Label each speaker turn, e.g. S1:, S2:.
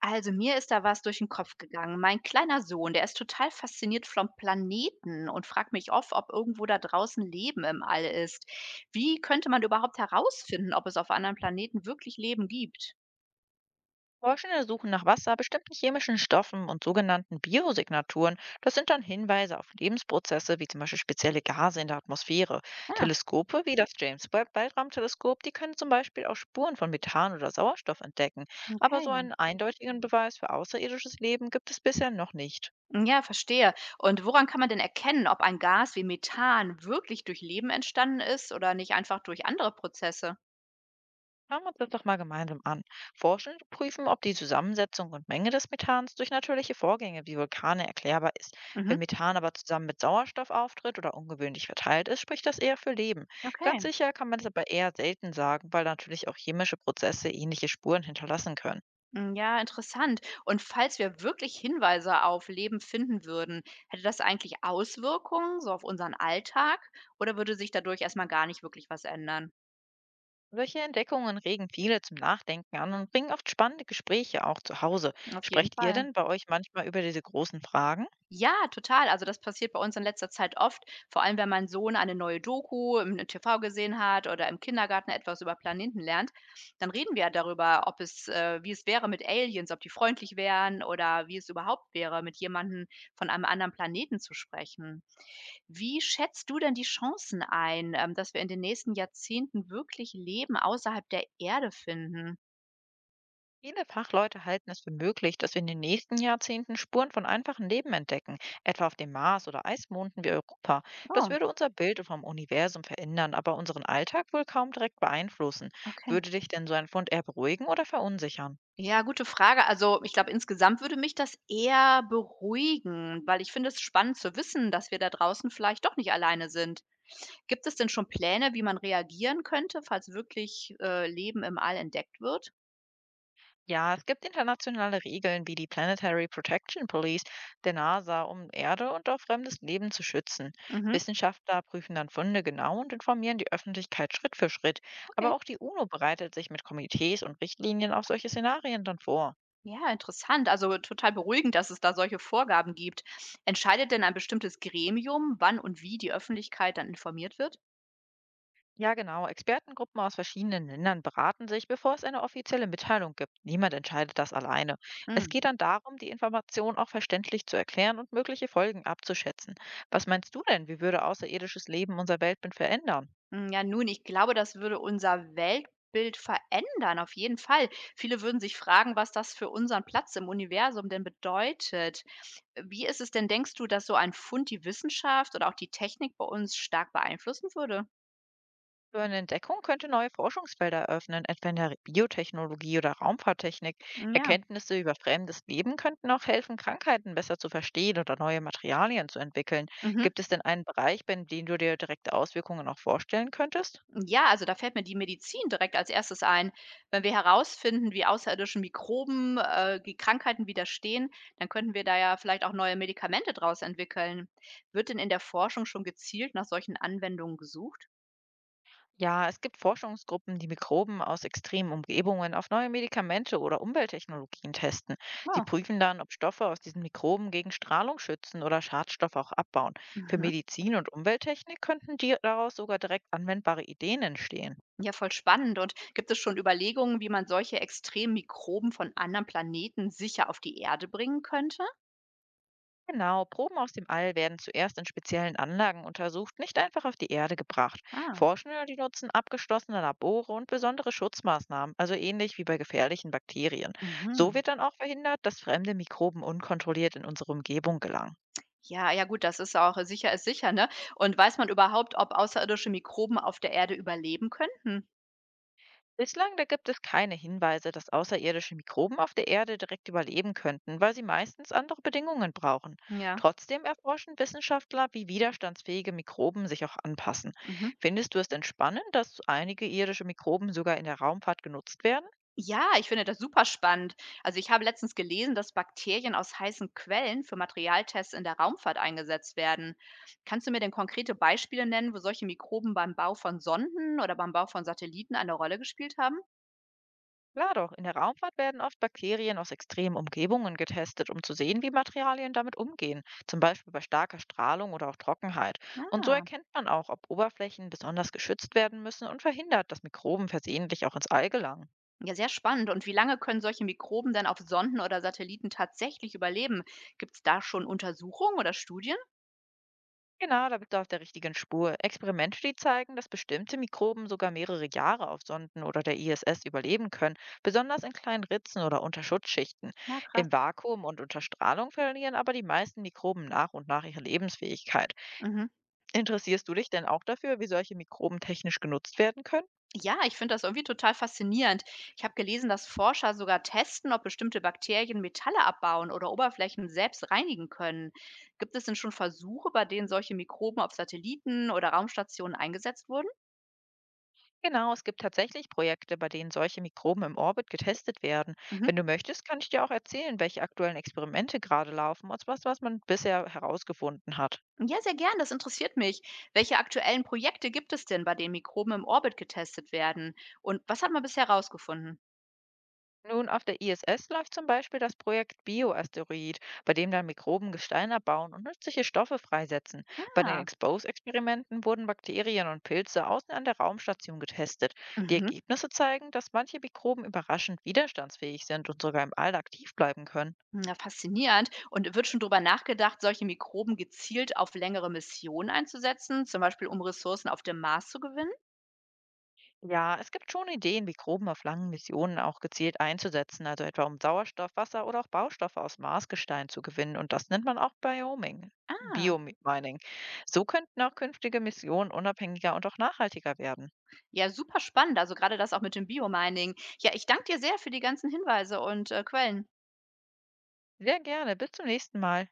S1: Also mir ist da was durch den Kopf gegangen. Mein kleiner Sohn, der ist total fasziniert vom Planeten und fragt mich oft, ob irgendwo da draußen Leben im All ist. Wie könnte man überhaupt herausfinden, ob es auf anderen Planeten wirklich Leben gibt?
S2: Forschende suchen nach Wasser, bestimmten chemischen Stoffen und sogenannten Biosignaturen. Das sind dann Hinweise auf Lebensprozesse, wie zum Beispiel spezielle Gase in der Atmosphäre.
S1: Ah,
S2: Teleskope wie das James Webb Weltraumteleskop, die können zum Beispiel auch Spuren von Methan oder Sauerstoff entdecken. Aber so
S1: okay.
S2: einen eindeutigen Beweis für außerirdisches Leben gibt es bisher noch nicht.
S1: Hm, ja, verstehe. Und woran kann man denn erkennen, ob ein Gas wie Methan wirklich durch Leben entstanden ist oder nicht einfach durch andere Prozesse?
S2: Schauen wir uns das doch mal gemeinsam an. Forschende prüfen, ob die Zusammensetzung und Menge des Methans durch natürliche Vorgänge wie Vulkane erklärbar ist.
S1: Mhm.
S2: Wenn Methan aber zusammen mit Sauerstoff auftritt oder ungewöhnlich verteilt ist, spricht das eher für Leben.
S1: Okay.
S2: Ganz sicher kann man es aber eher selten sagen, weil natürlich auch chemische Prozesse ähnliche Spuren hinterlassen können.
S1: Hm, ja, interessant. Und falls wir wirklich Hinweise auf Leben finden würden, hätte das eigentlich Auswirkungen so auf unseren Alltag oder würde sich dadurch erstmal gar nicht wirklich was ändern?
S2: Solche Entdeckungen regen viele zum Nachdenken an und bringen oft spannende Gespräche auch zu Hause.
S1: Auf jeden
S2: Sprecht ihr
S1: Fall.
S2: denn bei euch manchmal über diese großen Fragen?
S1: Ja, total. Also, das passiert bei uns in letzter Zeit oft, vor allem wenn mein Sohn eine neue Doku im TV gesehen hat oder im Kindergarten etwas über Planeten lernt, dann reden wir darüber, ob es wie es wäre mit Aliens, ob die freundlich wären oder wie es überhaupt wäre, mit jemandem von einem anderen Planeten zu sprechen. Wie schätzt du denn die Chancen ein, dass wir in den nächsten Jahrzehnten wirklich Leben außerhalb der Erde finden?
S2: Viele Fachleute halten es für möglich, dass wir in den nächsten Jahrzehnten Spuren von einfachen Leben entdecken, etwa auf dem Mars oder Eismonden wie Europa. Das
S1: Oh,
S2: würde unser Bild vom Universum verändern, aber unseren Alltag wohl kaum direkt beeinflussen.
S1: okay.
S2: Würde dich denn so ein Fund eher beruhigen oder verunsichern?
S1: Ja, gute Frage. Also, ich glaube, insgesamt würde mich das eher beruhigen, weil ich finde es spannend zu wissen, dass wir da draußen vielleicht doch nicht alleine sind. Gibt es denn schon Pläne, wie man reagieren könnte, falls wirklich Leben im All entdeckt wird?
S2: Ja, es gibt internationale Regeln wie die Planetary Protection Police der NASA, um Erde und auch fremdes Leben zu schützen.
S1: Mhm,
S2: Wissenschaftler prüfen dann Funde genau und informieren die Öffentlichkeit Schritt für Schritt. Aber
S1: okay.
S2: auch die UNO bereitet sich mit Komitees und Richtlinien auf solche Szenarien dann vor.
S1: Ja, interessant. Also total beruhigend, dass es da solche Vorgaben gibt. Entscheidet denn ein bestimmtes Gremium, wann und wie die Öffentlichkeit dann informiert wird?
S2: Ja, genau. Expertengruppen aus verschiedenen Ländern beraten sich, bevor es eine offizielle Mitteilung gibt. Niemand entscheidet das alleine. Es
S1: Hm.
S2: geht dann darum, die Information auch verständlich zu erklären und mögliche Folgen abzuschätzen. Was meinst du denn, wie würde außerirdisches Leben unser Weltbild verändern?
S1: Hm, ja, nun, ich glaube, das würde unser Weltbild verändern, auf jeden Fall. Viele würden sich fragen, was das für unseren Platz im Universum denn bedeutet. Wie ist es denn, denkst du, dass so ein Fund die Wissenschaft oder auch die Technik bei uns stark beeinflussen würde?
S2: Für eine Entdeckung könnte neue Forschungsfelder eröffnen, etwa in der Biotechnologie oder Raumfahrttechnik.
S1: Hm, ja.
S2: Erkenntnisse über fremdes Leben könnten auch helfen, Krankheiten besser zu verstehen oder neue Materialien zu entwickeln.
S1: Mhm.
S2: Gibt es denn einen Bereich, bei dem du dir direkte Auswirkungen auch vorstellen könntest?
S1: Ja, also da fällt mir die Medizin direkt als Erstes ein. Wenn wir herausfinden, wie außerirdischen Mikroben die Krankheiten widerstehen, dann könnten wir da ja vielleicht auch neue Medikamente draus entwickeln. Wird denn in der Forschung schon gezielt nach solchen Anwendungen gesucht?
S2: Ja, es gibt Forschungsgruppen, die Mikroben aus extremen Umgebungen auf neue Medikamente oder Umwelttechnologien testen. Sie
S1: Wow.
S2: prüfen dann, ob Stoffe aus diesen Mikroben gegen Strahlung schützen oder Schadstoffe auch abbauen. Für
S1: Mhm.
S2: Medizin und Umwelttechnik könnten die daraus sogar direkt anwendbare Ideen entstehen.
S1: Ja, voll spannend. Und gibt es schon Überlegungen, wie man solche extremen Mikroben von anderen Planeten sicher auf die Erde bringen könnte?
S2: Genau, Proben aus dem All werden zuerst in speziellen Anlagen untersucht, nicht einfach auf die Erde gebracht.
S1: Ah,
S2: Forschende, die nutzen abgeschlossene Labore und besondere Schutzmaßnahmen, also ähnlich wie bei gefährlichen Bakterien. So
S1: mhm.
S2: wird dann auch verhindert, dass fremde Mikroben unkontrolliert in unsere Umgebung gelangen.
S1: Ja, ja gut, das ist auch sicher ist sicher, ne? Und weiß man überhaupt, ob außerirdische Mikroben auf der Erde überleben könnten?
S2: Bislang, da gibt es keine Hinweise, dass außerirdische Mikroben auf der Erde direkt überleben könnten, weil sie meistens andere Bedingungen brauchen.
S1: Hm, ja.
S2: Trotzdem erforschen Wissenschaftler, wie widerstandsfähige Mikroben sich auch anpassen.
S1: Mhm.
S2: Findest du es denn spannend, dass einige irdische Mikroben sogar in der Raumfahrt genutzt werden?
S1: Ja, ich finde das super spannend. Also ich habe letztens gelesen, dass Bakterien aus heißen Quellen für Materialtests in der Raumfahrt eingesetzt werden. Kannst du mir denn konkrete Beispiele nennen, wo solche Mikroben beim Bau von Sonden oder beim Bau von Satelliten eine Rolle gespielt haben?
S2: Klar doch, in der Raumfahrt werden oft Bakterien aus extremen Umgebungen getestet, um zu sehen, wie Materialien damit umgehen, zum Beispiel bei starker Strahlung oder auch Trockenheit. Und so
S1: Ah,
S2: erkennt man auch, ob Oberflächen besonders geschützt werden müssen, und verhindert, dass Mikroben versehentlich auch ins All gelangen.
S1: ja, sehr spannend. Und wie lange können solche Mikroben denn auf Sonden oder Satelliten tatsächlich überleben? Gibt es da schon Untersuchungen oder Studien?
S2: Genau, da bist du auf der richtigen Spur. Experimente, die zeigen, dass bestimmte Mikroben sogar mehrere Jahre auf Sonden oder der ISS überleben können, besonders in kleinen Ritzen oder unter Schutzschichten.
S1: Na, krass.
S2: Im Vakuum und unter Strahlung verlieren aber die meisten Mikroben nach und nach ihre Lebensfähigkeit.
S1: Mhm.
S2: Interessierst du dich denn auch dafür, wie solche Mikroben technisch genutzt werden können?
S1: Ja, ich finde das irgendwie total faszinierend. Ich habe gelesen, dass Forscher sogar testen, ob bestimmte Bakterien Metalle abbauen oder Oberflächen selbst reinigen können. Gibt es denn schon Versuche, bei denen solche Mikroben auf Satelliten oder Raumstationen eingesetzt wurden?
S2: Genau, es gibt tatsächlich Projekte, bei denen solche Mikroben im Orbit getestet werden.
S1: Mhm.
S2: Wenn du möchtest, kann ich dir auch erzählen, welche aktuellen Experimente gerade laufen und was man bisher herausgefunden hat.
S1: Ja, sehr gern, das interessiert mich. Welche aktuellen Projekte gibt es denn, bei denen Mikroben im Orbit getestet werden? Und was hat man bisher herausgefunden?
S2: Nun, auf der ISS läuft zum Beispiel das Projekt Bioasteroid, bei dem dann Mikroben Gestein abbauen und nützliche Stoffe freisetzen. Bei den
S1: Ah,
S2: Expose-Experimenten wurden Bakterien und Pilze außen an der Raumstation getestet. Die
S1: mhm.
S2: Ergebnisse zeigen, dass manche Mikroben überraschend widerstandsfähig sind und sogar im All aktiv bleiben können.
S1: Hm, ja, faszinierend. Und wird schon drüber nachgedacht, solche Mikroben gezielt auf längere Missionen einzusetzen, zum Beispiel um Ressourcen auf dem Mars zu gewinnen?
S2: Ja, es gibt schon Ideen, wie Proben auf langen Missionen auch gezielt einzusetzen, also etwa um Sauerstoff, Wasser oder auch Baustoffe aus Marsgestein zu gewinnen. Und das nennt man auch Bioming,
S1: Ah,
S2: Biomining. So könnten auch künftige Missionen unabhängiger und auch nachhaltiger werden.
S1: ja, super spannend. Also gerade das auch mit dem Biomining. Ja, ich danke dir sehr für die ganzen Hinweise und Quellen.
S2: Sehr gerne. Bis zum nächsten Mal.